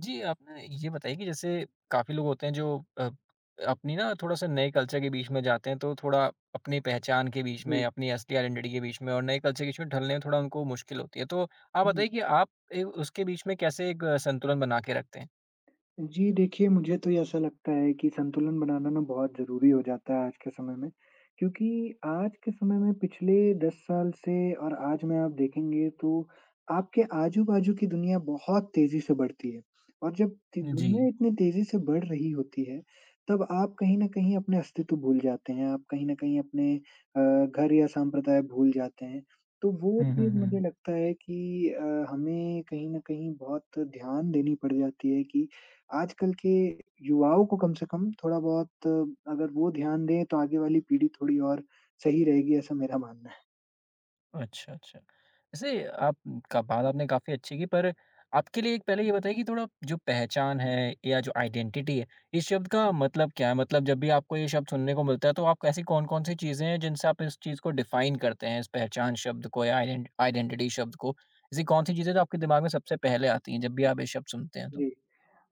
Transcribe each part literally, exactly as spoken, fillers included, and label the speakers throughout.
Speaker 1: जी, आप ना ये बताइए कि जैसे काफ़ी लोग होते हैं जो अ, अपनी ना थोड़ा-सा नए कल्चर के बीच में जाते हैं, तो थोड़ा अपनी पहचान के बीच में,
Speaker 2: जी,
Speaker 1: अपनी असली आइडेंटिटी के बीच में और नए कल्चर के बीच में ढलने में थोड़ा उनको मुश्किल होती है। तो आप
Speaker 2: हुँ।
Speaker 1: बताइए कि आप ए, उसके बीच में कैसे एक अ, संतुलन बना के रखते हैं?
Speaker 2: जी, देखिए मुझे तो ये ऐसा लगता है कि संतुलन बनाना ना बहुत ज़रूरी हो जाता है आज के समय में, क्योंकि आज के समय में पिछले दस साल से और आज में आप देखेंगे तो आपके आजू-बाजू की दुनिया बहुत तेज़ी से बढ़ती है और जब ति
Speaker 1: जी।
Speaker 2: दुनिया इतनी तेज़ी से बढ़ रही होती है, तब आप कहीं न कहीं अपने अस्तित्व भूल जाते हैं, आप कहीं न कहीं अपने अ, घर या संप्रदाय भूल जाते हैं। तो वो
Speaker 1: हुँ, हुँ,
Speaker 2: चीज़ मुझे
Speaker 1: हुँ।
Speaker 2: लगता है कि अ, हमें कहीं न कहीं बहुत ध्यान देनी पड़ जाती है कि आजकल के युवाओं को कम से कम थोड़ा बहुत अगर वो ध्यान दें तो आगे वाली पीढ़ी थोड़ी और सही रहेगी ऐसा मेरा मानना है।
Speaker 1: अच्छा, अच्छा। वैसे आप का बात आपने काफ़ी अच्छी की, पर आपके लिए एक पहले ये बताइए कि थोड़ा जो पहचान है या जो आइडेंटिटी है, इस शब्द का मतलब क्या है? मतलब जब भी आपको ये शब्द सुनने को मिलता है तो आप ऐसी कौन-कौन सी चीज़ें हैं जिनसे आप इस चीज़ को डिफ़ाइन करते हैं, इस पहचान शब्द को या आइडेंट आइडेंटिटी शब्द को? ऐसी कौन-सी चीज़ें जो आपके दिमाग में सबसे पहले आती हैं जब भी आप ये शब्द सुनते हैं तो?
Speaker 2: जी।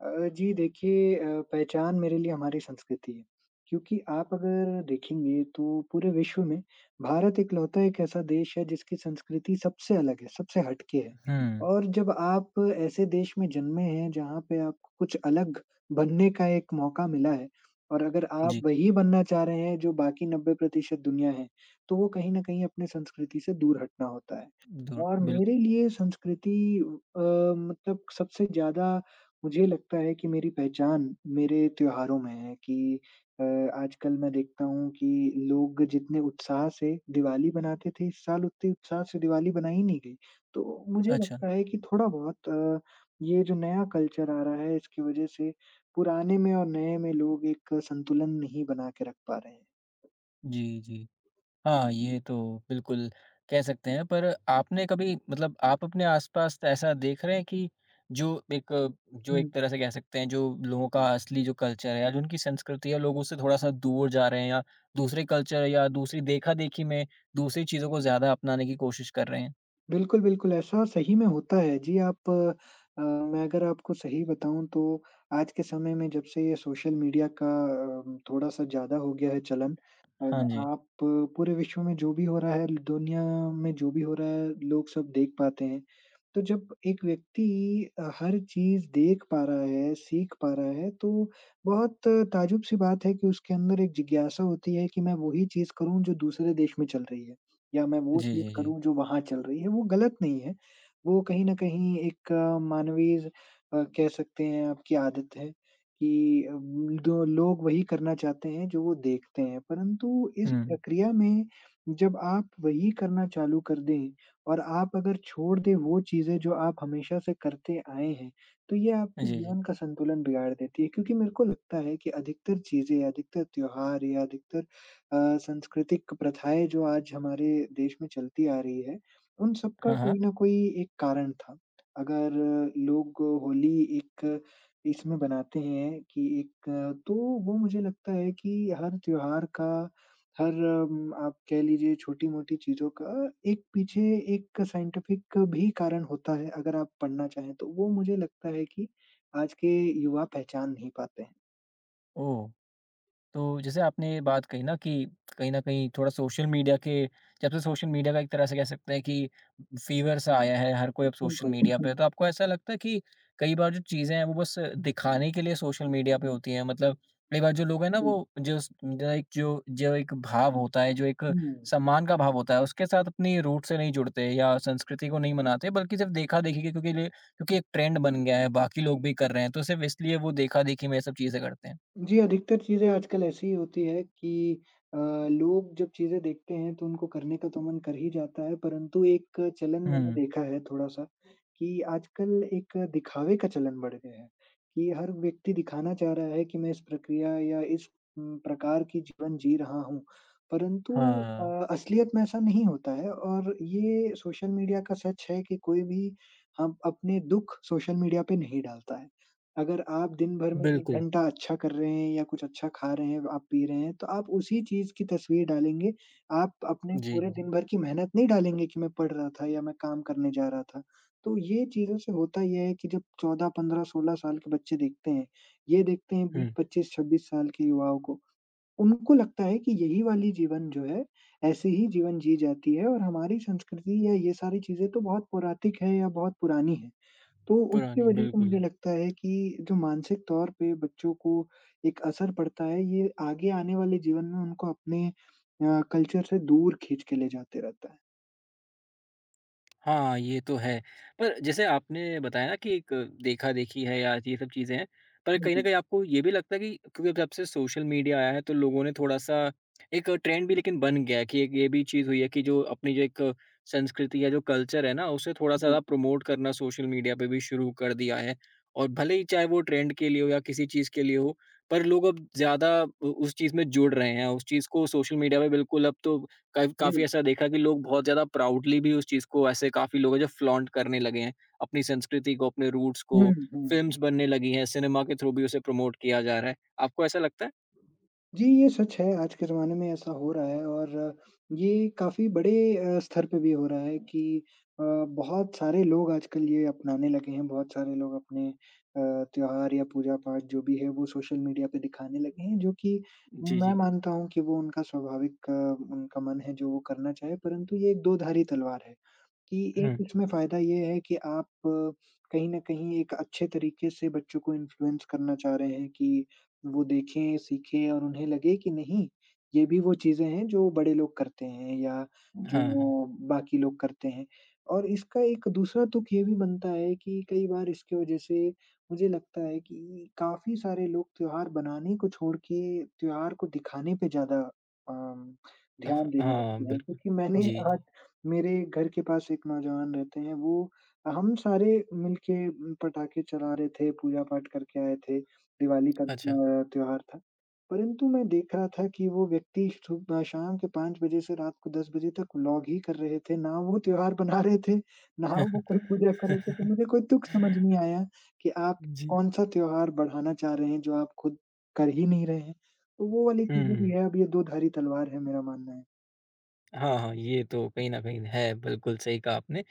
Speaker 2: अ, जी देखिए अ, पहचान मेरे लिए हमारी संस्कृति है, क्योंकि आप अगर देखेंगे तो पूरे विश्व में भारत इकलौता एक ऐसा देश है जिसकी संस्कृति सबसे अलग है, सबसे हट के है।
Speaker 1: हुँ।
Speaker 2: और जब आप ऐसे देश में जन्मे हैं जहाँ पे आपको कुछ अलग बनने का एक मौका मिला है और अगर आप
Speaker 1: जी,
Speaker 2: वही बनना चाह रहे हैं जो बाकी नब्बे प्रतिशत दुनिया है, तो वो कहीं न कहीं अपने संस्कृति से दूर हटना होता है।
Speaker 1: दूर
Speaker 2: और मेरे
Speaker 1: बिल्कुल।
Speaker 2: लिए संस्कृति अ, मतलब सबसे ज़्यादा मुझे लगता है कि मेरी पहचान मेरे त्योहारों में है कि अ, आजकल मैं देखता हूँ कि लोग जितने उत्साह से दिवाली मनाते थे, इस साल उतने उत्साह से दिवाली मनाई नहीं गई। तो मुझे
Speaker 1: अच्छा।
Speaker 2: लगता है कि थोड़ा-बहुत अ, ये जो नया कल्चर आ रहा है इसकी वजह से पुराने में और नए में लोग एक संतुलन नहीं बना के रख पा रहे हैं।
Speaker 1: जी, जी। हाँ, ये तो बिल्कुल कह सकते हैं, पर आपने कभी मतलब आप अपने आस-पास तो ऐसा देख रहे हैं कि जो एक जो
Speaker 2: हुँ।
Speaker 1: एक तरह से कह सकते हैं, जो लोगों का असली जो कल्चर है या जो उनकी संस्कृति है, लोग उससे थोड़ा-सा दूर जा रहे हैं या दूसरे कल्चर या दूसरी देखा-देखी में दूसरी चीज़ों को ज़्यादा अपनाने की कोशिश कर रहे हैं?
Speaker 2: बिल्कुल, बिल्कुल, ऐसा सही में होता है। जी, आप अ, अ, मैं अगर आपको सही बताऊँ तो आज के समय में जब से ये सोशल मीडिया का अ, थोड़ा-सा ज़्यादा हो गया है चलन अ,
Speaker 1: हाँ जी।
Speaker 2: आप अ, पूरे विश्व में जो भी हो रहा है, दुनिया में जो भी हो रहा है, लोग सब देख पाते हैं। तो जब एक व्यक्ति अ, हर चीज़ देख पा रहा है, सीख पा रहा है, तो बहुत ताज्जुब-सी बात है कि उसके अंदर एक जिज्ञासा होती है कि मैं वही चीज़ करूँ जो दूसरे देश में चल रही है। या मैं वो
Speaker 1: जी,
Speaker 2: चीज़
Speaker 1: जी, जी।
Speaker 2: करूँ जो वहाँ चल रही है, वो गलत नहीं है। वो कहीं न कहीं एक अ, मानवीय अ, कह सकते हैं आपकी आदत है कि अ, दो लोग वही करना चाहते हैं जो वो देखते हैं। परंतु इस
Speaker 1: हुँ।
Speaker 2: प्रक्रिया में जब आप वही करना चालू कर दें और आप अगर छोड़ दें वो चीज़ें जो आप हमेशा से करते आए हैं, तो ये आपके
Speaker 1: जी, जी।
Speaker 2: जीवन का संतुलन बिगाड़ देती है। क्योंकि मेरे को लगता है कि अधिकतर चीज़ें, अधिकतर त्योहार या अधिकतर अ, सांस्कृतिक प्रथाएँ जो आज हमारे देश में चलती आ रही है, उन सब का
Speaker 1: हाँ, हाँ।
Speaker 2: कोई ना कोई एक कारण था। अगर लोग होली एक इसमें बनाते हैं कि एक तो वो मुझे लगता है कि हर त्योहार का, हर उम, आप कह लीजिए छोटी-मोटी चीज़ों का एक पीछे एक साइंटिफिक भी कारण होता है, अगर आप पढ़ना चाहें तो। वो मुझे लगता है कि आज के युवा पहचान नहीं पाते हैं।
Speaker 1: ओह! तो जैसे आपने बात कही ना कि कहीं न कहीं थोड़ा सोशल मीडिया के जब से सोशल मीडिया का एक तरह से कह सकते हैं कि फ़ीवर सा आया है, हर कोई अब सोशल
Speaker 2: बिल्कुल।
Speaker 1: मीडिया पे है, तो आपको ऐसा लगता है कि कई बार जो चीज़ें हैं वो बस दिखाने के लिए सोशल मीडिया पे होती हैं? मतलब कई बार जो लोग हैं ना
Speaker 2: हुँ,
Speaker 1: वो जो स जो एक जो जो एक भाव होता है, जो एक
Speaker 2: हुँ, हुँ।
Speaker 1: सम्मान का भाव होता है, उसके साथ अपनी रूट से नहीं जुड़ते या संस्कृति को नहीं मनाते बल्कि सिर्फ़ देखा-देखी के क्योंकि लिए क्योंकि एक ट्रेंड बन गया है, बाकी लोग भी कर रहे हैं, तो सिर्फ़ इसलिए वो देखा-देखी में ये सब चीज़ें करते हैं।
Speaker 2: जी, अधिकतर चीज़ें आजकल ऐसी ही होती है कि अ, लोग जब चीज़ें देखते हैं तो उनको करने का तो मन कर ही जाता है, परंतु एक चलन मैंने
Speaker 1: हुँ।
Speaker 2: देखा है थोड़ा-सा कि आजकल एक दिखावे का चलन बढ़ गया है, कि हर व्यक्ति दिखाना चाह रहा है कि मैं इस प्रक्रिया या इस उम, प्रकार की जीवन जी रहा हूँ, परंतु अ,
Speaker 1: हाँ।
Speaker 2: असलियत में ऐसा नहीं होता है और ये सोशल मीडिया का सच है कि कोई भी हम अपने दुःख सोशल मीडिया पे नहीं डालता है। अगर आप दिन भर में एक
Speaker 1: बिल्कुल।
Speaker 2: घंटा अच्छा कर रहे हैं या कुछ अच्छा खा रहे हैं, आप पी रहे हैं, तो आप उसी चीज़ की तस्वीर डालेंगे। आप अपने
Speaker 1: जी,
Speaker 2: पूरे दिन
Speaker 1: जी।
Speaker 2: भर की मेहनत नहीं डालेंगे कि मैं पढ़ रहा था या मैं काम करने जा रहा था। तो ये चीज़ों से होता ये है कि जब चौदह, पंद्रह, सोलह साल के बच्चे देखते हैं, ये देखते हैं बीस,
Speaker 1: हुँ,
Speaker 2: पच्चीस, छब्बीस साल के युवाओं को, उनको लगता है कि यही वाली जीवन जो है, ऐसे ही जीवन जी जाती है और हमारी संस्कृति या ये सारी चीज़ें तो बहुत पौरातिक है या बहुत पुरानी है। तो उसकी
Speaker 1: पुरानी
Speaker 2: वजह से मुझे
Speaker 1: बिल्कुल।
Speaker 2: लगता है कि जो मानसिक तौर पे बच्चों को एक असर पड़ता है, ये आगे आने वाले जीवन में उनको अपने अ, कल्चर से दूर खींच के ले जाते रहता है।
Speaker 1: हाँ, ये तो है। पर जैसे आपने बताया ना कि एक देखा-देखी है या ये सब चीज़ें हैं, पर
Speaker 2: हुँ,
Speaker 1: कहीं न
Speaker 2: जी,
Speaker 1: कहीं आपको ये भी लगता है कि क्योंकि अब जब से सोशल मीडिया आया है तो लोगों ने थोड़ा-सा एक ट्रेंड भी लेकिन बन गया है कि एक ये भी चीज़ हुई है कि जो अपनी जो एक संस्कृति या जो कल्चर है ना, उसे थोड़ा-सा
Speaker 2: जी,
Speaker 1: ज़्यादा प्रमोट करना सोशल मीडिया पे भी शुरू कर दिया है। और भले ही चाहे वो ट्रेंड के लिए हो या किसी चीज़ के लिए हो, पर लोग अब ज़्यादा उ उस चीज़ में जुड़ रहे हैं, उस चीज़ को सोशल मीडिया पे बिल्कुल अब तो का
Speaker 2: जी।
Speaker 1: काफ़ी ऐसा देखा कि लोग बहुत ज़्यादा प्राउडली भी उस चीज़ को ऐसे काफ़ी लोग हैं जो फ्लॉन्ट करने लगे हैं, अपनी संस्कृति को, अपने रूट्स
Speaker 2: हुँ,
Speaker 1: को,
Speaker 2: हुँ।
Speaker 1: फ़िल्म्स बनने लगी हैं, सिनेमा के थ्रू भी उसे प्रमोट किया जा रहा है। आपको ऐसा लगता है?
Speaker 2: जी, ये सच है, आज के ज़माने में ऐसा हो रहा है और ये काफ़ी बड़े अ, स्तर पे भी हो रहा है कि अ, बहुत सारे लोग आजकल ये अपनाने लगे हैं, बहुत सारे लोग अपने अ, त्योहार या पूजा-पाठ जो भी है, वो सोशल मीडिया पे दिखाने लगे हैं, जो कि
Speaker 1: जी,
Speaker 2: मैं
Speaker 1: जी।
Speaker 2: मानता हूँ कि वो उनका स्वाभाविक अ, उनका मन है जो वो करना चाहे, परंतु ये एक दो-धारी तलवार है। कि
Speaker 1: हुँ,
Speaker 2: एक इसमें फ़ायदा ये है कि आप अ, कहीं न कहीं एक अच्छे तरीके से बच्चों को इन्फ्लुएंस करना चाह रहे हैं कि वो देखें, सीखें और उन्हें लगे कि नहीं, ये भी वो चीज़ें हैं जो बड़े लोग करते हैं या जो
Speaker 1: हाँ, हाँ।
Speaker 2: बाकी लोग करते हैं। और इसका एक दूसरा तुक ये भी बनता है कि कई बार इसकी वज़ह से मुझे लगता है कि काफ़ी सारे लोग त्योहार बनाने को छोड़ के त्योहार को दिखाने पे ज़्यादा अम,
Speaker 1: ह
Speaker 2: ध्यान देने लगते
Speaker 1: हाँ,
Speaker 2: हैं।
Speaker 1: बिल्कुल।
Speaker 2: क्योंकि मैंने
Speaker 1: जी,
Speaker 2: आज
Speaker 1: जी।
Speaker 2: मेरे घर के पास एक नौजवान रहते हैं, वो हम सारे मिलके उम, पटाखे चला रहे थे, पूजा-पाठ करके आए थे, दिवाली का
Speaker 1: अच्छा।
Speaker 2: अ, त्योहार था। परंतु मैं देख रहा था कि वो व्यक्ति सुबह शाम के पाँच बजे से रात को दस बजे तक व्लॉग ही कर रहे थे, ना वो त्योहार मना रहे थे, ना वो कोई पूजा कर रहे थे, तो मुझे कोई तुक समझ नहीं आया कि आप
Speaker 1: जी।
Speaker 2: कौन-सा त्योहार बढ़ाना चाह रहे हैं, जो आप खुद कर ही नहीं रहे हैं। तो वो वाली चीज़ें भी
Speaker 1: हुँ।
Speaker 2: है, अब ये दो धारी तलवार है मेरा मानना है।
Speaker 1: हाँ, हाँ, ये तो कहीं न कहीं है, बिल्कुल सही कहा आपने।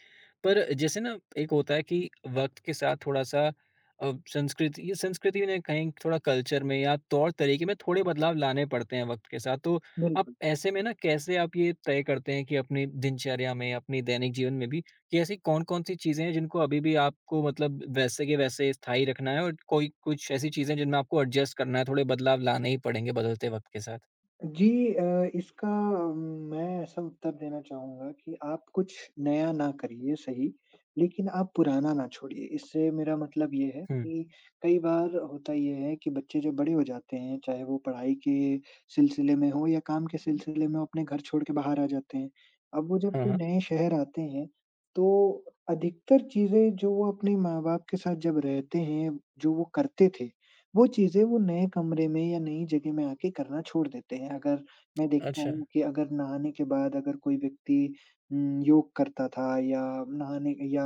Speaker 1: पर जैसे ना एक होता है कि वक़्त के साथ थोड़ा-सा अ, संस्कृति ये संस्कृति ने कहीं थोड़ा कल्चर में या तौर-तरीके में थोड़े बदलाव लाने पड़ते हैं वक़्त के साथ। तो आप
Speaker 2: बिल्कुल।
Speaker 1: ऐसे में ना कैसे आप ये तय करते हैं कि अपनी दिनचर्या में, अपने दैनिक जीवन में भी कि ऐसी कौन-कौन सी चीज़ें हैं जिनको अभी भी आपको मतलब वैसे के वैसे स्थायी रखना है और कोई कुछ ऐसी चीज़ें जिनमें आपको एडजस्ट करना है, थोड़े बदलाव लाने ही पड़ेंगे बदलते वक़्त के साथ?
Speaker 2: जी अ, इसका अम, मैं ऐसा उत्तर देना चाहूँगा कि आप कुछ नया ना करिए सही, लेकिन आप पुराना ना छोड़िए। इससे मेरा मतलब ये है
Speaker 1: हुँ।
Speaker 2: कि कई बार होता ये है कि बच्चे जब बड़े हो जाते हैं, चाहे वो पढ़ाई के सिलसिले में हो या काम के सिलसिले में, वो अपने घर छोड़ के बाहर आ जाते हैं। अब वो जब
Speaker 1: हाँ,
Speaker 2: कोई
Speaker 1: हाँ।
Speaker 2: नए शहर आते हैं, तो अधिकतर चीज़ें जो वो अपने माँ-बाप के साथ जब रहते हैं, जो वो करते थे, वो चीज़ें वो नए कमरे में या नई जगह में आके करना छोड़ देते हैं। अगर मैं देखता
Speaker 1: अच्छा।
Speaker 2: हूँ कि अगर नहाने के बाद अगर कोई व्यक्ति उम, योग करता था या नहाने या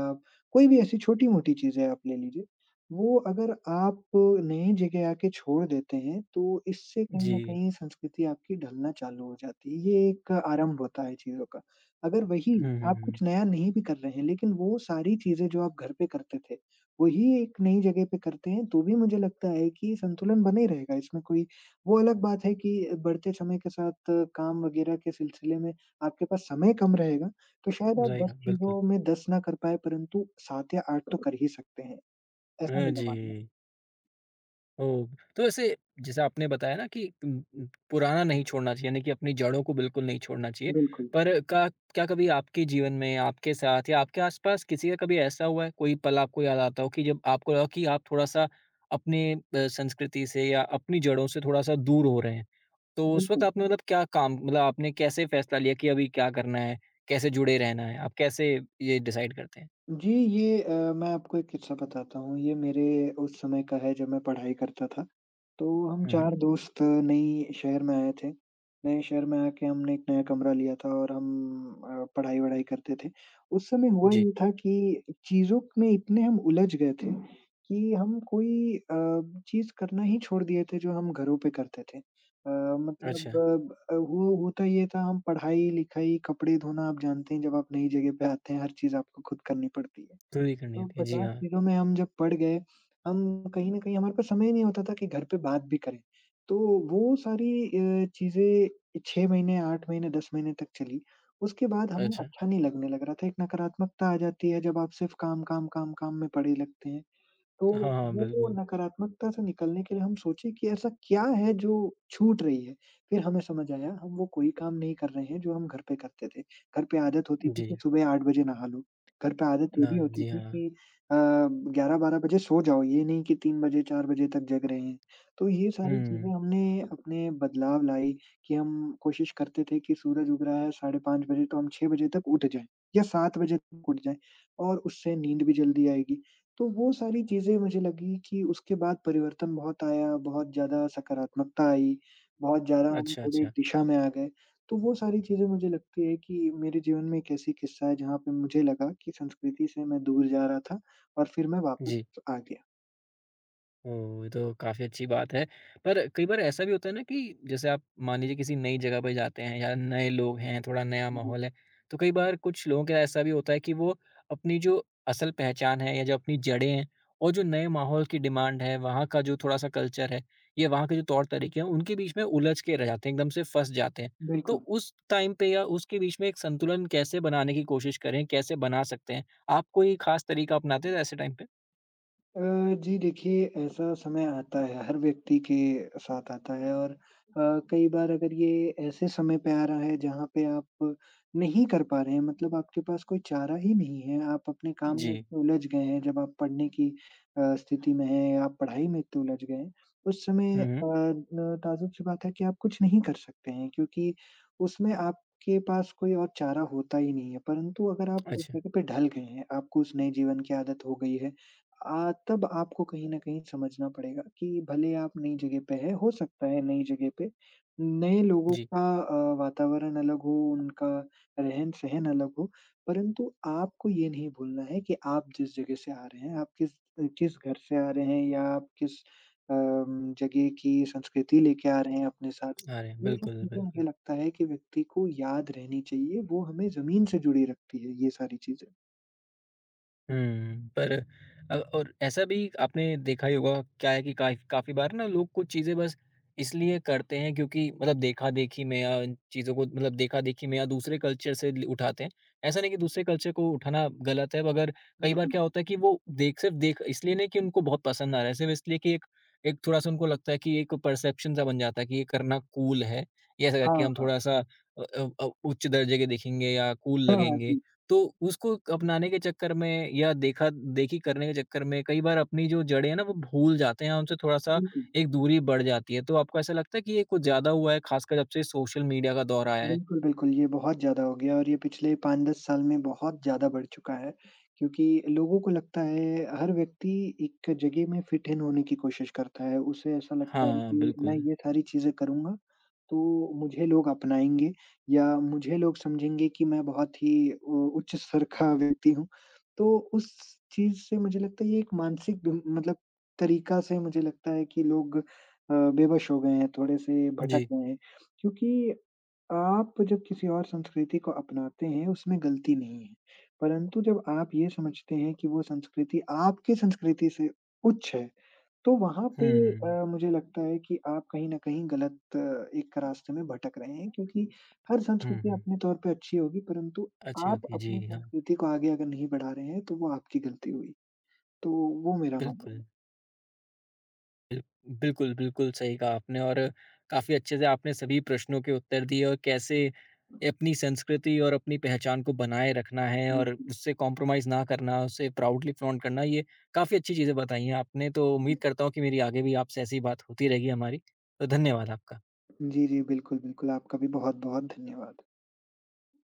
Speaker 2: कोई भी ऐसी छोटी-मोटी चीज़ें आप ले लीजिए, वो अगर आप नई जगह आके छोड़ देते हैं, तो इससे कहीं न
Speaker 1: जी।
Speaker 2: कहीं संस्कृति आपकी ढलना चालू हो जाती है। ये एक आरंभ होता है चीज़ों का। अगर वही
Speaker 1: हुँ, हुँ,
Speaker 2: आप
Speaker 1: हुँ।
Speaker 2: कुछ नया नहीं भी कर रहे हैं, लेकिन वो सारी चीज़ें जो आप घर पे करते थे वही एक नई जगह पे करते हैं, तो भी मुझे लगता है कि संतुलन बने रहेगा इसमें कोई वो अलग बात है कि बढ़ते समय के साथ काम वग़ैरह के सिलसिले में आपके पास समय कम रहेगा, तो शायद आप दस
Speaker 1: रहेगा, बिल्कुल।
Speaker 2: चीज़ों में दस ना कर पाएँ परंतु सात या आठ तो कर ही सकते हैं, ऐसा
Speaker 1: अ,
Speaker 2: मेरा
Speaker 1: जी।
Speaker 2: मानना
Speaker 1: ओह! तो वैसे जैसे आपने बताया ना कि उम उम, पुराना नहीं छोड़ना चाहिए, यानी कि अपनी जड़ों को बिल्कुल नहीं छोड़ना
Speaker 2: है।
Speaker 1: चाहिए।
Speaker 2: बिल्कुल,
Speaker 1: पर का क्या कभी आपके जीवन में, आपके साथ या आपके आस-पास किसी का कभी ऐसा हुआ है, कोई पल आपको याद आता हो कि जब आपको लगा कि आप थोड़ा-सा अपने अ, संस्कृति से या अपनी जड़ों से थोड़ा-सा दूर हो रहे हैं? तो उस
Speaker 2: बिल्कुल।
Speaker 1: वक़्त आपने मतलब क्या काम मतलब आपने कैसे फ़ैसला लिया कि अभी क्या करना है? कैसे जुड़े रहना है? आप कैसे ये डिसाइड करते हैं?
Speaker 2: जी, ये अ, मैं आपको एक किस्सा बताता हूँ, ये मेरे उस समय का है जब मैं पढ़ाई करता था। तो हम
Speaker 1: हुँ, हुँ।
Speaker 2: चार दोस्त नई शहर में आए थे। नए शहर में आके हमने एक नया कमरा लिया था और हम अ, पढ़ाई-वढ़ाई करते थे। उस समय हुआ
Speaker 1: जी,
Speaker 2: ये था कि चीज़ों में इतने हम उलझ गए थे कि हम कोई अ, चीज़ करना ही छोड़ दिए थे जो हम घरों पे करते थे। अ,
Speaker 1: अच्छा।
Speaker 2: मतलब अ, वो होता ये था हम पढ़ाई-लिखाई, कपड़े धोना आप जानते हैं जब आप नई जगह पे आते हैं हर चीज़ आपको खुद करनी पड़ती है।
Speaker 1: पूरी करनी
Speaker 2: तो
Speaker 1: होती है, जी
Speaker 2: पचास
Speaker 1: हाँ।
Speaker 2: चीज़ों में हम जब पड़ गए, हम कहीं न कहीं हमारे पास समय ही नहीं होता था कि घर पे बात भी करें। तो वो सारी अ, चीज़ें छह महीने, आठ महीने, दस महीने तक चली। उसके बाद हमें
Speaker 1: अच्छा।
Speaker 2: अच्छा नहीं लगने लग रहा था, एक नकारात्मकता आ जाती है जब आप सिर्फ़ काम, काम, काम, काम में पड़े लगते हैं। तो
Speaker 1: हाँ, हाँ,
Speaker 2: वो
Speaker 1: बिल्कुल।
Speaker 2: नकारात्मकता से निकलने के लिए हम सोचे कि ऐसा क्या है जो छूट रही है? फिर हमें समझ आया हम वो कोई काम नहीं कर रहे हैं जो हम घर पे करते थे। घर पे आदत होती थी
Speaker 1: जी।
Speaker 2: कि सुबह आठ बजे नहा लो। घर पे आदत ये
Speaker 1: ना
Speaker 2: भी होती
Speaker 1: जी
Speaker 2: थी
Speaker 1: हाँ।
Speaker 2: कि अ, ग्यारह बारह बजे सो जाओ, ये नहीं कि तीन बजे चार बजे तक जग रहे हैं। तो ये सारी चीज़ें
Speaker 1: हुँ।
Speaker 2: हमने अपने बदलाव लाई कि हम कोशिश करते थे कि सूरज उग रहा है साढ़े पाँच बजे तो हम छह बजे तक उठ जाएँ या सात बजे तक उठ जाएँ और उससे नींद भी जल्दी आएगी। तो वो सारी चीज़ें मुझे लगी कि उसके बाद परिवर्तन बहुत आया, बहुत ज़्यादा सकारात्मकता आई, बहुत ज़्यादा हम
Speaker 1: अच्छा,
Speaker 2: थोड़े एक
Speaker 1: अच्छा।
Speaker 2: दिशा में आ गए। तो वो सारी चीज़ें मुझे लगती है कि मेरे जीवन में एक ऐसी किस्सा है जहाँ पे मुझे लगा कि संस्कृति से मैं दूर जा रहा था और फिर मैं
Speaker 1: जी।
Speaker 2: वापस आ गया।
Speaker 1: ओह! ये तो काफ़ी अच्छी बात है। पर कई बार ऐसा भी होता है ना कि जैसे आप मान लीजिए किसी नई जगह पे जाते हैं या नए लोग हैं, थोड़ा नया
Speaker 2: जी,
Speaker 1: माहौल है, तो कई बार कुछ लोगों का ऐसा भी होता है कि वो अपनी जो असल पहचान है या जो अपनी जड़ें हैं और जो नए माहौल की डिमांड है, वहाँ का जो थोड़ा-सा कल्चर है या वहाँ के जो तौर-तरीके हैं, उनके बीच में उलझ के रह जाते हैं, एकदम से फँस जाते हैं। तो
Speaker 2: बिल्कुल।
Speaker 1: उस टाइम पे या उसके बीच में एक संतुलन कैसे बनाने की कोशिश करें, कैसे बना सकते हैं? आप कोई ख़ास तरीका अपनाते हैं ऐसे टाइम पे?
Speaker 2: अ, जी देखिए, ऐसा समय आता है, हर व्यक्ति के साथ आता है और अ, कई बार अगर ये ऐसे समय पे आ रहा है जहाँ पे आप नहीं कर पा रहे हैं मतलब आपके पास कोई चारा ही नहीं है, आप अपने काम में
Speaker 1: जी।
Speaker 2: इतने उलझ गए हैं जब आप पढ़ने की अ, स्थिति में हैं या आप पढ़ाई में इतने उलझ गए हैं, उस समय
Speaker 1: हुँ,
Speaker 2: अ,
Speaker 1: हुँ।
Speaker 2: न ताज्जुब सी बात है कि आप कुछ नहीं कर सकते हैं क्योंकि उसमें आपके पास कोई और चारा होता ही नहीं है। परंतु अगर आप उस
Speaker 1: अच्छा,
Speaker 2: जगह पे ढल गए हैं, आपको उस नए जीवन की आदत हो गई है अ, तब आपको कहीं न कहीं समझना पड़ेगा कि भले आप नई जगह पे हैं, हो सकता है नई जगह पे नए लोगों
Speaker 1: जी।
Speaker 2: का अ, वातावरण अलग हो, उनका रहन-सहन अलग हो, परंतु आपको ये नहीं भूलना है कि आप जिस जगह से आ रहे हैं, आप किस किस घर से आ रहे हैं या आप किस अम, जगह की संस्कृति लेके आ रहे हैं अपने साथ।
Speaker 1: अरे!
Speaker 2: ये सब
Speaker 1: बिल्कुल,
Speaker 2: चीज़ें मुझे
Speaker 1: बिल्कुल।
Speaker 2: लगता है कि व्यक्ति को याद रहनी चाहिए, वो हमें ज़मीन से जुड़ी रखती है ये सारी चीज़ें।
Speaker 1: हुँ, पर अ, और ऐसा भी आपने देखा ही होगा क्या है कि काइ काफ़ी बार ना लोग कुछ चीज़ें बस इसलिए करते हैं क्योंकि मतलब देखा-देखी में या इन चीज़ों को मतलब देखा-देखी में या दूसरे कल्चर से ल उठाते हैं। ऐसा नहीं कि दूसरे कल्चर को उठाना गलत है, मगर कई बार
Speaker 2: बिल्कुल।
Speaker 1: क्या होता है कि वो देख सिर्फ़ देख इसलिए नहीं कि उनको बहुत पसंद आ रहा है, सिर्फ़ इसलिए कि एक एक थोड़ा-सा उनको लगता है कि एक परसेप्शन सा बन जाता है कि ये करना कूल है। ये ऐसा कि
Speaker 2: हाँ,
Speaker 1: हम
Speaker 2: हाँ।
Speaker 1: थोड़ा-सा अ अ अ, उच्च दर्जे के दिखेंगे या कूल
Speaker 2: हाँ, हाँ,
Speaker 1: लगेंगे।
Speaker 2: जी।
Speaker 1: तो उसको अपनाने के चक्कर में या देखा देखी करने के चक्कर में कई बार अपनी जो जड़ें हैं ना वो भूल जाते हैं, उनसे थोड़ा-सा
Speaker 2: बिल्कुल।
Speaker 1: एक दूरी बढ़ जाती है। तो आपको ऐसा लगता है कि ये कुछ ज़्यादा हुआ है खासकर जब से सोशल मीडिया का दौर आया है?
Speaker 2: बिल्कुल, बिल्कुल, ये बहुत ज़्यादा हो गया और ये पिछले पाँच दस साल में बहुत ज़्यादा बढ़ चुका है, क्योंकि लोगों को लगता है हर व्यक्ति एक जगह में फिट इन होने की कोशिश करता है। उसे ऐसा लगता है
Speaker 1: हाँ,
Speaker 2: कि मैं
Speaker 1: बिल्कुल।
Speaker 2: ये सारी चीज़ें करूँगा, तो मुझे लोग अपनाएँगे या मुझे लोग समझेंगे कि मैं बहुत ही उ उच्च स्तर का व्यक्ति हूँ। तो उस चीज़ से मुझे लगता है ये एक मानसिक ब मतलब तरीका से मुझे लगता है कि लोग अ, बेवश हो गए हैं, थोड़े-से भटक
Speaker 1: जी।
Speaker 2: गए हैं। क्योंकि आप जब किसी और संस्कृति को अपनाते हैं, उसमें गलती नहीं है। परंतु जब आप ये समझते हैं कि वो संस्कृति आपकी संस्कृति से उच्च है, तो वहाँ पे
Speaker 1: हुँ, हुँ।
Speaker 2: अ, मुझे लगता है कि आप कहीं न कहीं गलत अ, एक रास्ते में भटक रहे हैं क्योंकि हर
Speaker 1: हुँ,
Speaker 2: संस्कृति
Speaker 1: हुँ।
Speaker 2: अपने तौर पे अच्छी होगी, परंतु
Speaker 1: अच्छी
Speaker 2: आप
Speaker 1: होती है।
Speaker 2: अपनी
Speaker 1: जी, हाँ,
Speaker 2: संस्कृति को आगे अगर नहीं बढ़ा रहे हैं, तो वो आपकी गलती हुई। तो वो मेरा मानना है।
Speaker 1: बिल्कुल। बिल्कुल, बिल्कुल सही कहा आपने और काफ़ी अच्छे से आपने सभी प्रश्नों के उत्तर दिए और कैसे अपनी संस्कृति और अपनी पहचान को बनाए रखना है और
Speaker 2: बिल्कुल,
Speaker 1: उससे कॉम्प्रोमाइज़ ना करना, उससे प्राउडली फ्लॉन्ट करना, ये काफ़ी अच्छी चीज़ें बताई हैं आपने। तो
Speaker 2: जी।
Speaker 1: उम्मीद करता हूँ कि मेरी आगे भी आपसे ऐसी बात होती रहेगी हमारी। तो धन्यवाद आपका।
Speaker 2: जी, जी, बिल्कुल, बिल्कुल। आपका भी बहुत-बहुत धन्यवाद।